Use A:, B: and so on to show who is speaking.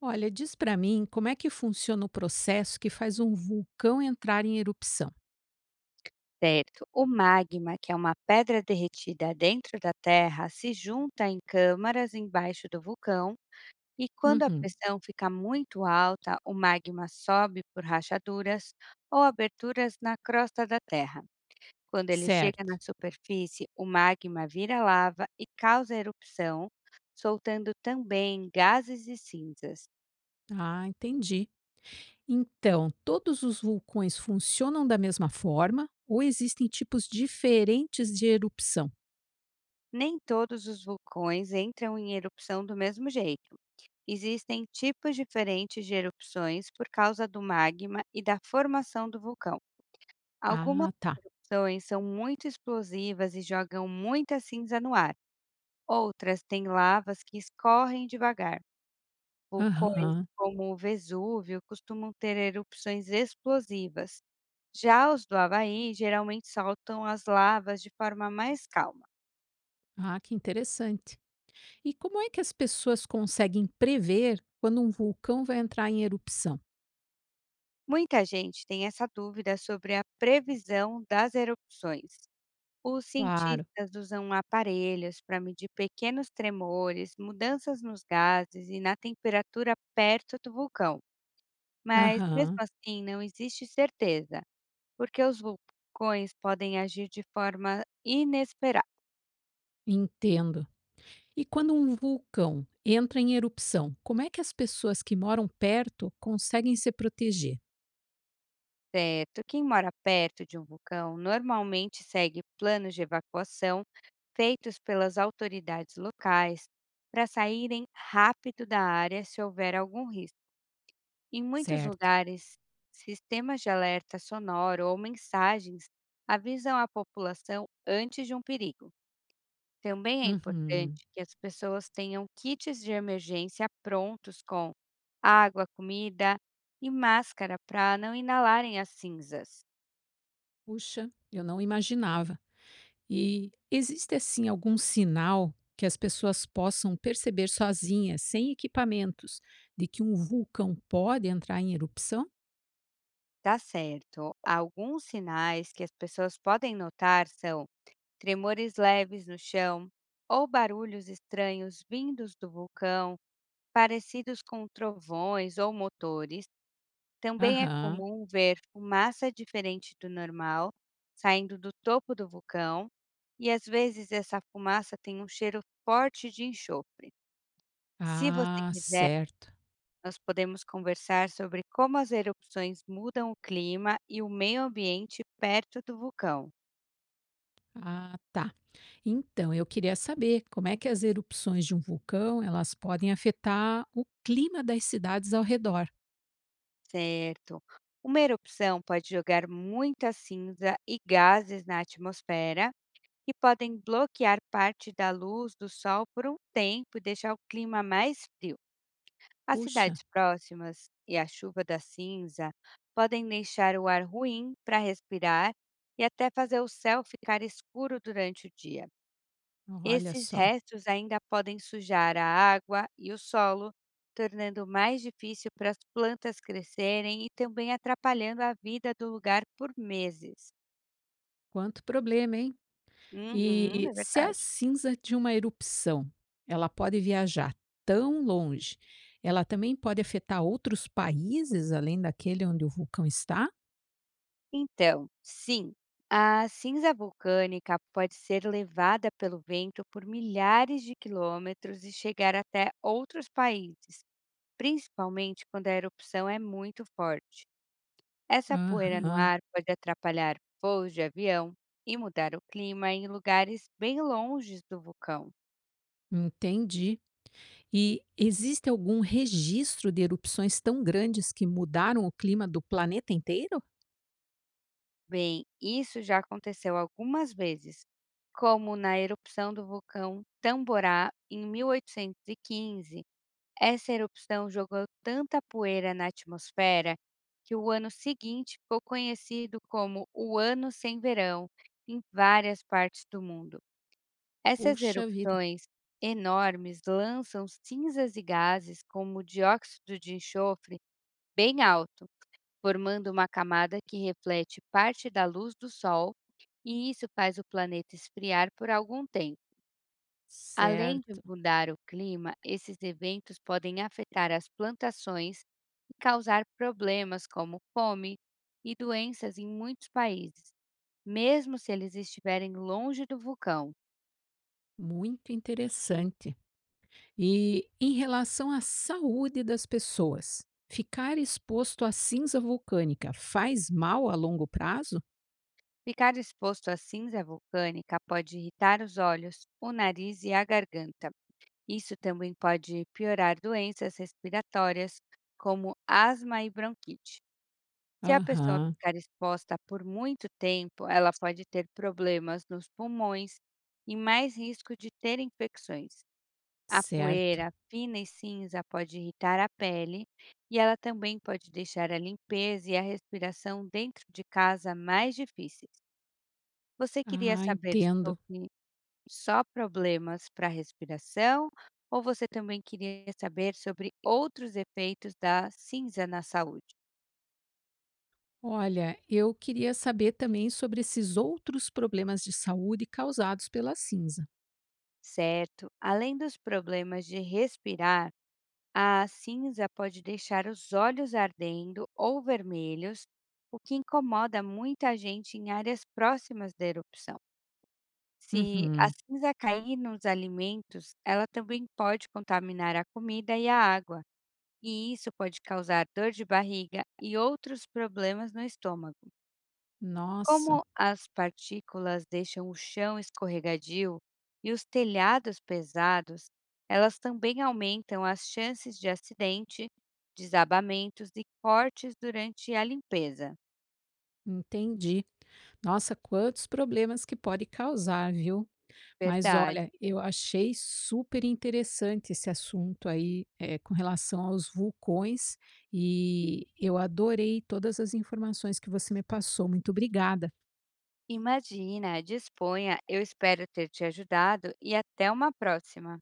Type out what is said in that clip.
A: Olha, diz para mim como é que funciona o processo que faz um vulcão entrar em erupção.
B: Certo. O magma, que é uma pedra derretida dentro da Terra, se junta em câmaras embaixo do vulcão e, quando a
A: Uhum.
B: pressão fica muito alta, o magma sobe por rachaduras ou aberturas na crosta da Terra. Quando ele chega na
A: Certo.
B: superfície, o magma vira lava e causa erupção, soltando também gases e cinzas.
A: Ah, entendi. Então, todos os vulcões funcionam da mesma forma ou existem tipos diferentes de erupção?
B: Nem todos os vulcões entram em erupção do mesmo jeito. Existem tipos diferentes de erupções por causa do magma e da formação do vulcão. Algumas
A: Ah, tá.
B: erupções são muito explosivas e jogam muita cinza no ar. Outras têm lavas que escorrem devagar. Vulcões
A: Aham.
B: como o Vesúvio costumam ter erupções explosivas. Já os do Havaí geralmente soltam as lavas de forma mais calma.
A: Ah, que interessante. E como é que as pessoas conseguem prever quando um vulcão vai entrar em erupção?
B: Muita gente tem essa dúvida sobre a previsão das erupções. Os
A: Claro.
B: cientistas usam aparelhos para medir pequenos tremores, mudanças nos gases e na temperatura perto do vulcão. Mas, mesmo
A: Aham.
B: assim, não existe certeza, porque os vulcões podem agir de forma inesperada.
A: Entendo. E quando um vulcão entra em erupção, como é que as pessoas que moram perto conseguem se proteger?
B: Certo. Quem mora perto de um vulcão normalmente segue planos de evacuação feitos pelas autoridades locais para saírem rápido da área se houver algum risco. Em muitos
A: Certo.
B: lugares, sistemas de alerta sonoro ou mensagens avisam a população antes de um perigo. Também é
A: Uhum.
B: importante que as pessoas tenham kits de emergência prontos com água, comida e máscara para não inalarem as cinzas.
A: Puxa, eu não imaginava. E existe assim algum sinal que as pessoas possam perceber sozinhas, sem equipamentos, de que um vulcão pode entrar em erupção?
B: Tá certo. Alguns sinais que as pessoas podem notar são tremores leves no chão ou barulhos estranhos vindos do vulcão, parecidos com trovões ou motores. Também é
A: Aham.
B: comum ver fumaça diferente do normal saindo do topo do vulcão, e às vezes essa fumaça tem um cheiro forte de enxofre. Se você
A: Ah,
B: quiser,
A: certo.
B: nós podemos conversar sobre como as erupções mudam o clima e o meio ambiente perto do vulcão,
A: Ah, tá. Então, eu queria saber como é que as erupções de um vulcão elas podem afetar o clima das cidades ao redor.
B: certo? Uma erupção pode jogar muita cinza e gases na atmosfera, que podem bloquear parte da luz do sol por um tempo e deixar o clima mais frio. As
A: Puxa,
B: cidades próximas e a chuva da cinza podem deixar o ar ruim para respirar e até fazer o céu ficar escuro durante o dia.
A: olha
B: Esses
A: só,
B: restos ainda podem sujar a água e o solo, tornando mais difícil para as plantas crescerem e também atrapalhando a vida do lugar por meses.
A: quanto problema, hein?
B: Uhum,
A: E
B: é
A: se a
B: verdade.
A: cinza de uma erupção, ela pode viajar tão longe, ela também pode afetar outros países além daquele onde o vulcão está?
B: Então, sim, a cinza vulcânica pode ser levada pelo vento por milhares de quilômetros e chegar até outros países, principalmente quando a erupção é muito forte. Essa poeira no
A: Aham,
B: ar pode atrapalhar voos de avião e mudar o clima em lugares bem longe do vulcão.
A: entendi. E existe algum registro de erupções tão grandes que mudaram o clima do planeta inteiro?
B: Bem, isso já aconteceu algumas vezes, como na erupção do vulcão Tamborá em 1815. Essa erupção jogou tanta poeira na atmosfera que o ano seguinte ficou conhecido como o Ano Sem Verão em várias partes do mundo. Essas
A: Puxa vida.
B: erupções enormes lançam cinzas e gases como dióxido de enxofre bem alto, formando uma camada que reflete parte da luz do Sol, e isso faz o planeta esfriar por algum tempo. Além de
A: Certo,
B: mudar o clima, esses eventos podem afetar as plantações e causar problemas como fome e doenças em muitos países, mesmo se eles estiverem longe do vulcão.
A: muito interessante. E em relação à saúde das pessoas, ficar exposto à cinza vulcânica faz mal a longo prazo?
B: Ficar exposto à cinza vulcânica pode irritar os olhos, o nariz e a garganta. Isso também pode piorar doenças respiratórias, como asma e bronquite. Se a pessoa
A: Aham,
B: ficar exposta por muito tempo, ela pode ter problemas nos pulmões e mais risco de ter infecções. A
A: certo.
B: poeira fina e cinza pode irritar a pele e ela também pode deixar a limpeza e a respiração dentro de casa mais difíceis. Você queria
A: Ah,
B: saber
A: entendo.
B: sobre só problemas para a respiração ou você também queria saber sobre outros efeitos da cinza na saúde?
A: Olha, eu queria saber também sobre esses outros problemas de saúde causados pela cinza.
B: Certo, além dos problemas de respirar, a cinza pode deixar os olhos ardendo ou vermelhos, o que incomoda muita gente em áreas próximas da erupção. Se a
A: Uhum.
B: cinza cair nos alimentos, ela também pode contaminar a comida e a água e isso pode causar dor de barriga e outros problemas no estômago. Como
A: Nossa,
B: as partículas deixam o chão escorregadio e os telhados pesados, elas também aumentam as chances de acidente, desabamentos e cortes durante a limpeza.
A: entendi. Nossa, quantos problemas que pode causar, viu? Mas
B: Verdade.
A: olha, eu achei super interessante esse assunto aí, com relação aos vulcões, e eu adorei todas as informações que você me passou. Muito obrigada.
B: Imagina, disponha, eu espero ter te ajudado e até uma próxima.